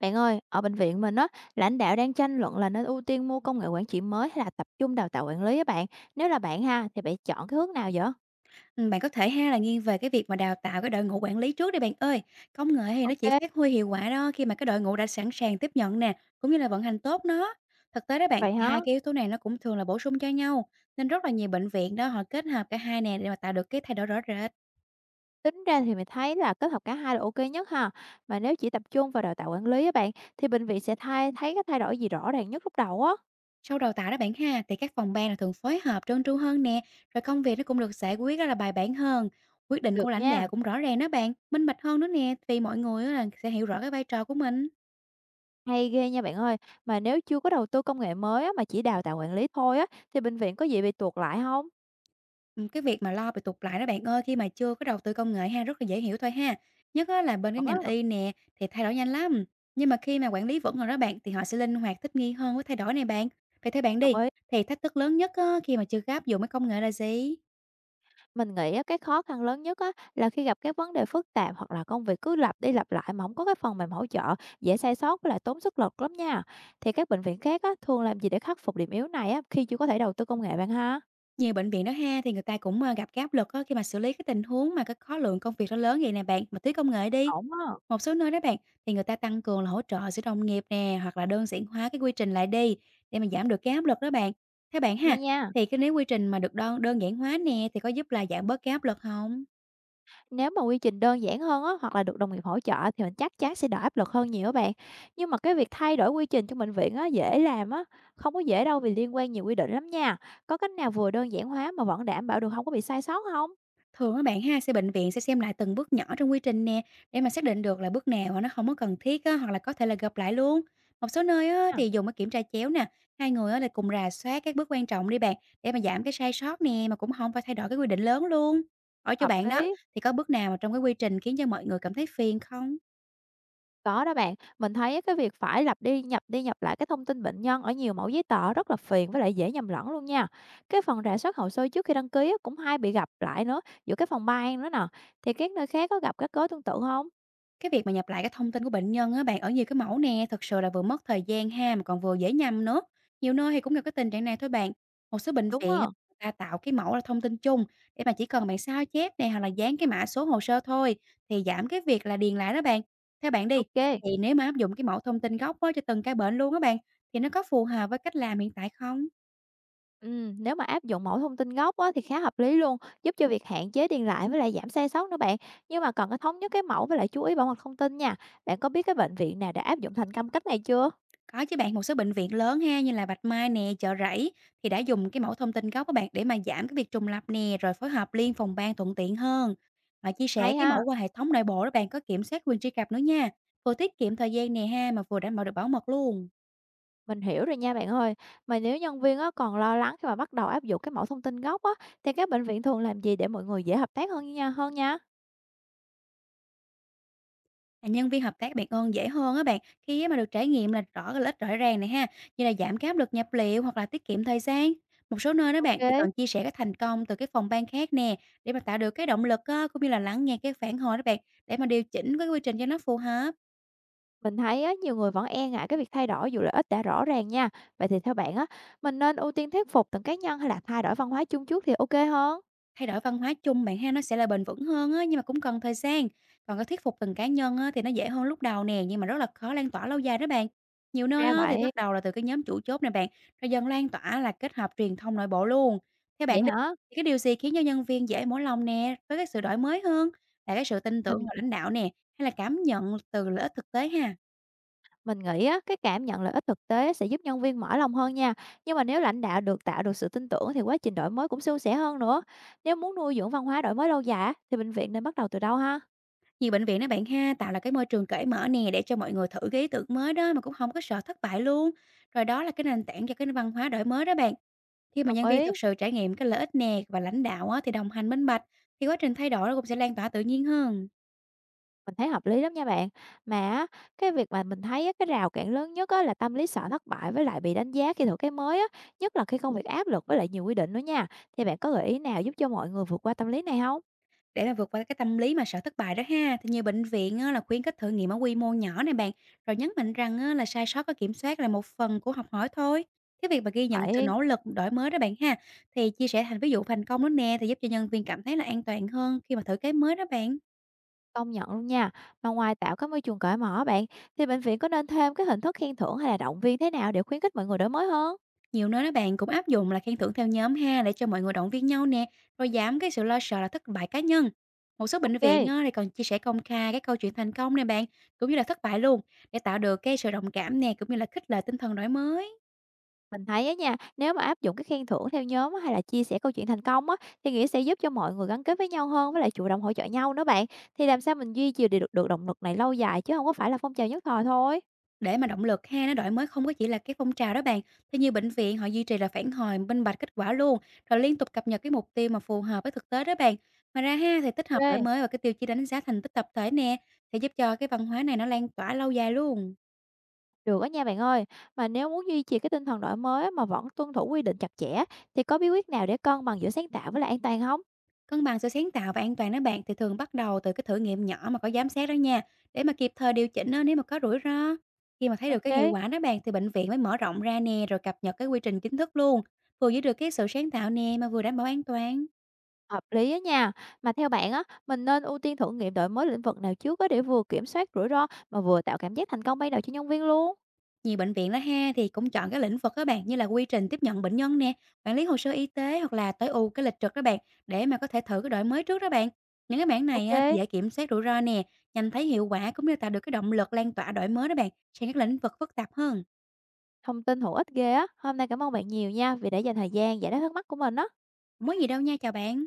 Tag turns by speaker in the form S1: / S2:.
S1: Bạn ơi, ở bệnh viện mình á, lãnh đạo đang tranh luận là nên ưu tiên mua công nghệ quản trị mới hay là tập trung đào tạo quản lý á bạn. Nếu là bạn ha, thì bạn chọn cái hướng nào vậy?
S2: Bạn có thể ha là nghiêng về cái việc mà đào tạo cái đội ngũ quản lý trước đi bạn ơi. Công nghệ thì nó chỉ
S1: Ok,
S2: phát huy hiệu quả đó khi mà cái đội ngũ đã sẵn sàng tiếp nhận nè, cũng như là vận hành tốt nó. Thực tế đó bạn,
S1: vậy
S2: thì
S1: hả?
S2: hai cái yếu tố này nó cũng thường là bổ sung cho nhau, nên rất là nhiều bệnh viện đó họ kết hợp cả hai nè để mà tạo được cái thay đổi rõ rệt.
S1: Tính ra thì mình thấy là kết hợp cả hai là ok nhất ha. Mà nếu chỉ tập trung vào đào tạo quản lý á bạn, thì bệnh viện sẽ thay thấy cái thay đổi gì rõ ràng nhất lúc đầu á.
S2: Sau đào tạo đó bạn ha, thì các phòng ban là thường phối hợp trơn tru hơn nè, rồi công việc nó cũng được giải quyết rất là bài bản hơn. Quyết định của
S1: Được
S2: lãnh đạo
S1: nha.
S2: cũng rõ ràng đó bạn, minh bạch hơn nữa nè, vì mọi người á là sẽ hiểu rõ cái vai trò của mình.
S1: Hay ghê nha bạn ơi. Mà nếu chưa có đầu tư công nghệ mới á, mà chỉ đào tạo quản lý thôi á, thì bệnh viện có gì bị tuột lại không?
S2: Cái việc mà lo bị tụt lại đó bạn ơi, khi mà chưa có đầu tư công nghệ ha, rất là dễ hiểu thôi ha. Nhất á là bên cái
S1: Vẫn
S2: ngành
S1: á.
S2: y nè, thì thay đổi nhanh lắm, nhưng mà khi mà quản lý vững rồi đó bạn, thì họ sẽ linh hoạt thích nghi hơn với thay đổi này bạn. Vậy theo bạn đi,
S1: Đồng ý.
S2: thì thách thức lớn nhất á, khi mà chưa có áp dụng cái công nghệ là gì?
S1: Mình nghĩ á, cái khó khăn lớn nhất á, là khi gặp cái vấn đề phức tạp hoặc là công việc cứ lặp đi lặp lại mà không có cái phần mềm hỗ trợ, dễ sai sót với lại tốn sức lực lắm nha. Thì các bệnh viện khác á, thường làm gì để khắc phục điểm yếu này á, khi chưa có thể đầu tư công nghệ bạn ha?
S2: Nhiều bệnh viện đó ha, thì người ta cũng, gặp cái áp lực á, khi mà xử lý cái tình huống mà cái khối lượng công việc nó lớn vậy nè bạn, mà thiếu công nghệ đi.
S1: Ổn á.
S2: Một số nơi đó bạn, thì người ta tăng cường là hỗ trợ giữa đồng nghiệp nè, hoặc là đơn giản hóa cái quy trình lại đi, để mà giảm được cái áp lực đó bạn. Theo bạn ha,
S1: Hay nha.
S2: thì cái nếu quy trình mà được đơn đơn giản hóa nè, thì có giúp là giảm bớt cái áp lực hông?
S1: Nếu mà quy trình đơn giản hơn á, hoặc là được đồng nghiệp hỗ trợ thì mình chắc chắn sẽ đỡ áp lực hơn nhiều á bạn. Nhưng mà cái việc thay đổi quy trình trong bệnh viện á, dễ làm á, không có dễ đâu vì liên quan nhiều quy định lắm nha. Có cách nào vừa đơn giản hóa mà vẫn đảm bảo được không có bị sai sót không?
S2: Thường các bạn ha, sẽ bệnh viện sẽ xem lại từng bước nhỏ trong quy trình nè, để mà xác định được là bước nào á nó không có cần thiết á, hoặc là có thể là gặp lại luôn. Một số nơi á,
S1: À,
S2: thì dùng cái kiểm tra chéo nè, hai người á, là cùng rà soát các bước quan trọng đi bạn, để mà giảm cái sai sót nè, mà cũng không phải thay đổi cái quy định lớn luôn. Ở chỗ
S1: hợp
S2: bạn đó,
S1: lý.
S2: thì có bước nào mà trong cái quy trình khiến cho mọi người cảm thấy phiền không?
S1: Có đó bạn, mình thấy á, cái việc phải lặp đi nhập lại cái thông tin bệnh nhân ở nhiều mẫu giấy tờ rất là phiền với lại dễ nhầm lẫn luôn nha. Cái phần rà soát hồ sơ trước khi đăng ký á, cũng hay bị gặp lại nữa giữa cái phòng ban nữa nè. Thì các nơi khác có gặp các cớ tương tự không?
S2: Cái việc mà nhập lại cái thông tin của bệnh nhân á bạn ở nhiều cái mẫu nè, thật sự là vừa mất thời gian ha, mà còn vừa dễ nhầm nữa. Nhiều nơi thì cũng gặp cái tình trạng này thôi bạn. Một số bệnh
S1: Đúng
S2: viện á,
S1: không?
S2: người ta tạo cái mẫu là thông tin chung để mà chỉ cần bạn sao chép này hoặc là dán cái mã số hồ sơ thôi thì giảm cái việc là điền lại đó bạn. Theo bạn đi,
S1: Ok.
S2: thì nếu mà áp dụng cái mẫu thông tin gốc á, cho từng cái bệnh luôn á bạn thì nó có phù hợp với cách làm hiện tại không?
S1: Ừ, nếu mà áp dụng mẫu thông tin gốc á, thì khá hợp lý luôn, giúp cho việc hạn chế điền lại với lại giảm sai sót nữa bạn. Nhưng mà cần có thống nhất cái mẫu với lại chú ý bảo mật thông tin nha. Bạn có biết cái bệnh viện nào đã áp dụng thành công cách này chưa?
S2: Có chứ bạn, một số bệnh viện lớn ha như là Bạch Mai nè, Chợ Rẫy thì đã dùng cái mẫu thông tin gốc các bạn để mà giảm cái việc trùng lặp nè, rồi phối hợp liên phòng ban thuận tiện hơn, và chia sẻ
S1: Hay
S2: cái mẫu
S1: ha.
S2: qua hệ thống nội bộ đó bạn, có kiểm soát quyền truy cập nữa nha. Vừa tiết kiệm thời gian nè ha, mà vừa đảm bảo được bảo mật luôn.
S1: Mình hiểu rồi nha bạn ơi. Mà nếu nhân viên á còn lo lắng khi mà bắt đầu áp dụng cái mẫu thông tin gốc á, thì các bệnh viện thường làm gì để mọi người dễ hợp tác hơn nha hơn nha?
S2: À, nhân viên hợp tác bạn ơn dễ hơn á bạn, khi á mà được trải nghiệm là rõ cái lợi ích rõ ràng này ha, như là giảm cái áp lực nhập liệu hoặc là tiết kiệm thời gian. Một số nơi đó bạn thì
S1: Ok,
S2: còn chia sẻ cái thành công từ cái phòng ban khác nè, để mà tạo được cái động lực á, cũng như là lắng nghe cái phản hồi đó bạn, để mà điều chỉnh cái quy trình cho nó phù hợp.
S1: mình thấy á, nhiều người vẫn e ngại cái việc thay đổi dù lợi ích đã rõ ràng nha. Vậy thì theo bạn á, mình nên ưu tiên thuyết phục từng cá nhân hay là thay đổi văn hóa chung trước thì ok hơn?
S2: Thay đổi văn hóa chung bạn ha, nó sẽ là bền vững hơn á, nhưng mà cũng cần thời gian. Còn cái thuyết phục từng cá nhân á, thì nó dễ hơn lúc đầu nè, nhưng mà rất là khó lan tỏa lâu dài đó bạn. Nhiều nơi
S1: Ra
S2: á, thì
S1: vậy.
S2: bắt đầu là từ cái nhóm chủ chốt này bạn, rồi dần lan tỏa là kết hợp truyền thông nội bộ luôn. Theo
S1: Vậy
S2: bạn đi,
S1: hả?
S2: thì cái điều gì khiến cho nhân viên dễ mở lòng nè với cái sự đổi mới hơn, là cái sự tin tưởng
S1: Mình
S2: của lãnh đạo nè, hay là cảm nhận từ lợi ích thực tế ha?
S1: Mình nghĩ á, cái cảm nhận lợi ích thực tế sẽ giúp nhân viên mở lòng hơn nha. Nhưng mà nếu lãnh đạo được tạo được sự tin tưởng thì quá trình đổi mới cũng suôn sẻ hơn nữa. Nếu muốn nuôi dưỡng văn hóa đổi mới lâu dài á, thì bệnh viện nên bắt đầu từ đâu ha?
S2: Nhiều bệnh viện đó bạn ha, tạo là cái môi trường cởi mở nè, để cho mọi người thử cái ý tưởng mới đó mà cũng không có sợ thất bại luôn. Rồi đó là cái nền tảng cho cái văn hóa đổi mới đó bạn. Khi mà
S1: Đồng
S2: nhân viên
S1: ý,
S2: thực sự trải nghiệm cái lợi ích nè, và lãnh đạo á, thì đồng hành minh bạch, thì quá trình thay đổi nó cũng sẽ lan tỏa tự nhiên hơn.
S1: mình thấy hợp lý lắm nha bạn. Mà á, cái việc mà mình thấy á, cái rào cản lớn nhất á, là tâm lý sợ thất bại với lại bị đánh giá khi thử cái mới á, nhất là khi công việc áp lực với lại nhiều quy định nữa nha. Thì bạn có gợi ý nào giúp cho mọi người vượt qua tâm lý này không?
S2: Để mà vượt qua cái tâm lý mà sợ thất bại đó ha, thì nhiều bệnh viện á, là khuyến khích thử nghiệm ở quy mô nhỏ này bạn, rồi nhấn mạnh rằng á, là sai sót có kiểm soát là một phần của học hỏi thôi. Cái việc mà ghi nhận sự
S1: Phải.
S2: nỗ lực đổi mới đó bạn ha, thì chia sẻ thành ví dụ thành công đó nè, thì giúp cho nhân viên cảm thấy là an toàn hơn khi mà thử cái mới đó bạn.
S1: Công nhận luôn nha. Mà ngoài tạo cái môi trường cởi mở bạn, thì bệnh viện có nên thêm cái hình thức khen thưởng hay là động viên thế nào để khuyến khích mọi người đổi mới hơn?
S2: Nhiều nơi đó bạn cũng áp dụng là khen thưởng theo nhóm ha, để cho mọi người động viên nhau nè, rồi giảm cái sự lo sợ là thất bại cá nhân. Một số bệnh viện
S1: Ok,
S2: á, thì còn chia sẻ công khai các câu chuyện thành công này bạn, cũng như là thất bại luôn, để tạo được cái sự đồng cảm nè, cũng như là khích lệ tinh thần đổi mới.
S1: mình thấy á nha, nếu mà áp dụng cái khen thưởng theo nhóm á, hay là chia sẻ câu chuyện thành công á, thì nghĩa sẽ giúp cho mọi người gắn kết với nhau hơn với lại chủ động hỗ trợ nhau nữa bạn. Thì làm sao mình duy trì được động lực này lâu dài chứ không có phải là phong trào nhất thời thôi.
S2: Để mà động lực ha nó đổi mới không có chỉ là cái phong trào đó bạn, thì nhiều bệnh viện họ duy trì là phản hồi minh bạch kết quả luôn, rồi liên tục cập nhật cái mục tiêu mà phù hợp với thực tế đó bạn. Ngoài ra ha, thì tích hợp đổi
S1: Ok.
S2: mới và cái tiêu chí đánh giá thành tích tập thể nè, sẽ giúp cho cái văn hóa này nó lan tỏa lâu dài luôn.
S1: Được á nha bạn ơi, mà nếu muốn duy trì cái tinh thần đổi mới á, mà vẫn tuân thủ quy định chặt chẽ thì có bí quyết nào để cân bằng giữa sáng tạo với lại an toàn không?
S2: Cân bằng sự sáng tạo và an toàn đó bạn, thì thường bắt đầu từ cái thử nghiệm nhỏ mà có giám sát đó nha, để mà kịp thời điều chỉnh á, nếu mà có rủi ro. Khi mà thấy được cái hiệu
S1: Ok,
S2: quả đó bạn, thì bệnh viện mới mở rộng ra nè, rồi cập nhật cái quy trình chính thức luôn. Vừa giữ được cái sự sáng tạo nè, mà vừa đảm bảo an toàn.
S1: hợp lý á nha. Mà theo bạn á, mình nên ưu tiên thử nghiệm đổi mới lĩnh vực nào trước á để vừa kiểm soát rủi ro mà vừa tạo cảm giác thành công ban đầu cho nhân viên luôn?
S2: Nhiều bệnh viện đó ha, thì cũng chọn cái lĩnh vực đó bạn như là quy trình tiếp nhận bệnh nhân nè, quản lý hồ sơ y tế, hoặc là tối ưu cái lịch trực đó bạn, để mà có thể thử cái đổi mới trước đó bạn. Những cái mảng này
S1: Ok,
S2: á, thì dễ kiểm soát rủi ro nè, nhanh thấy hiệu quả, cũng như tạo được cái động lực lan tỏa đổi mới đó bạn sang các lĩnh vực phức tạp hơn.
S1: thông tin hữu ích ghê á. Hôm nay cảm ơn bạn nhiều nha vì đã dành thời gian giải đáp thắc mắc của mình á.
S2: Hổng có gì đâu nha, chào bạn.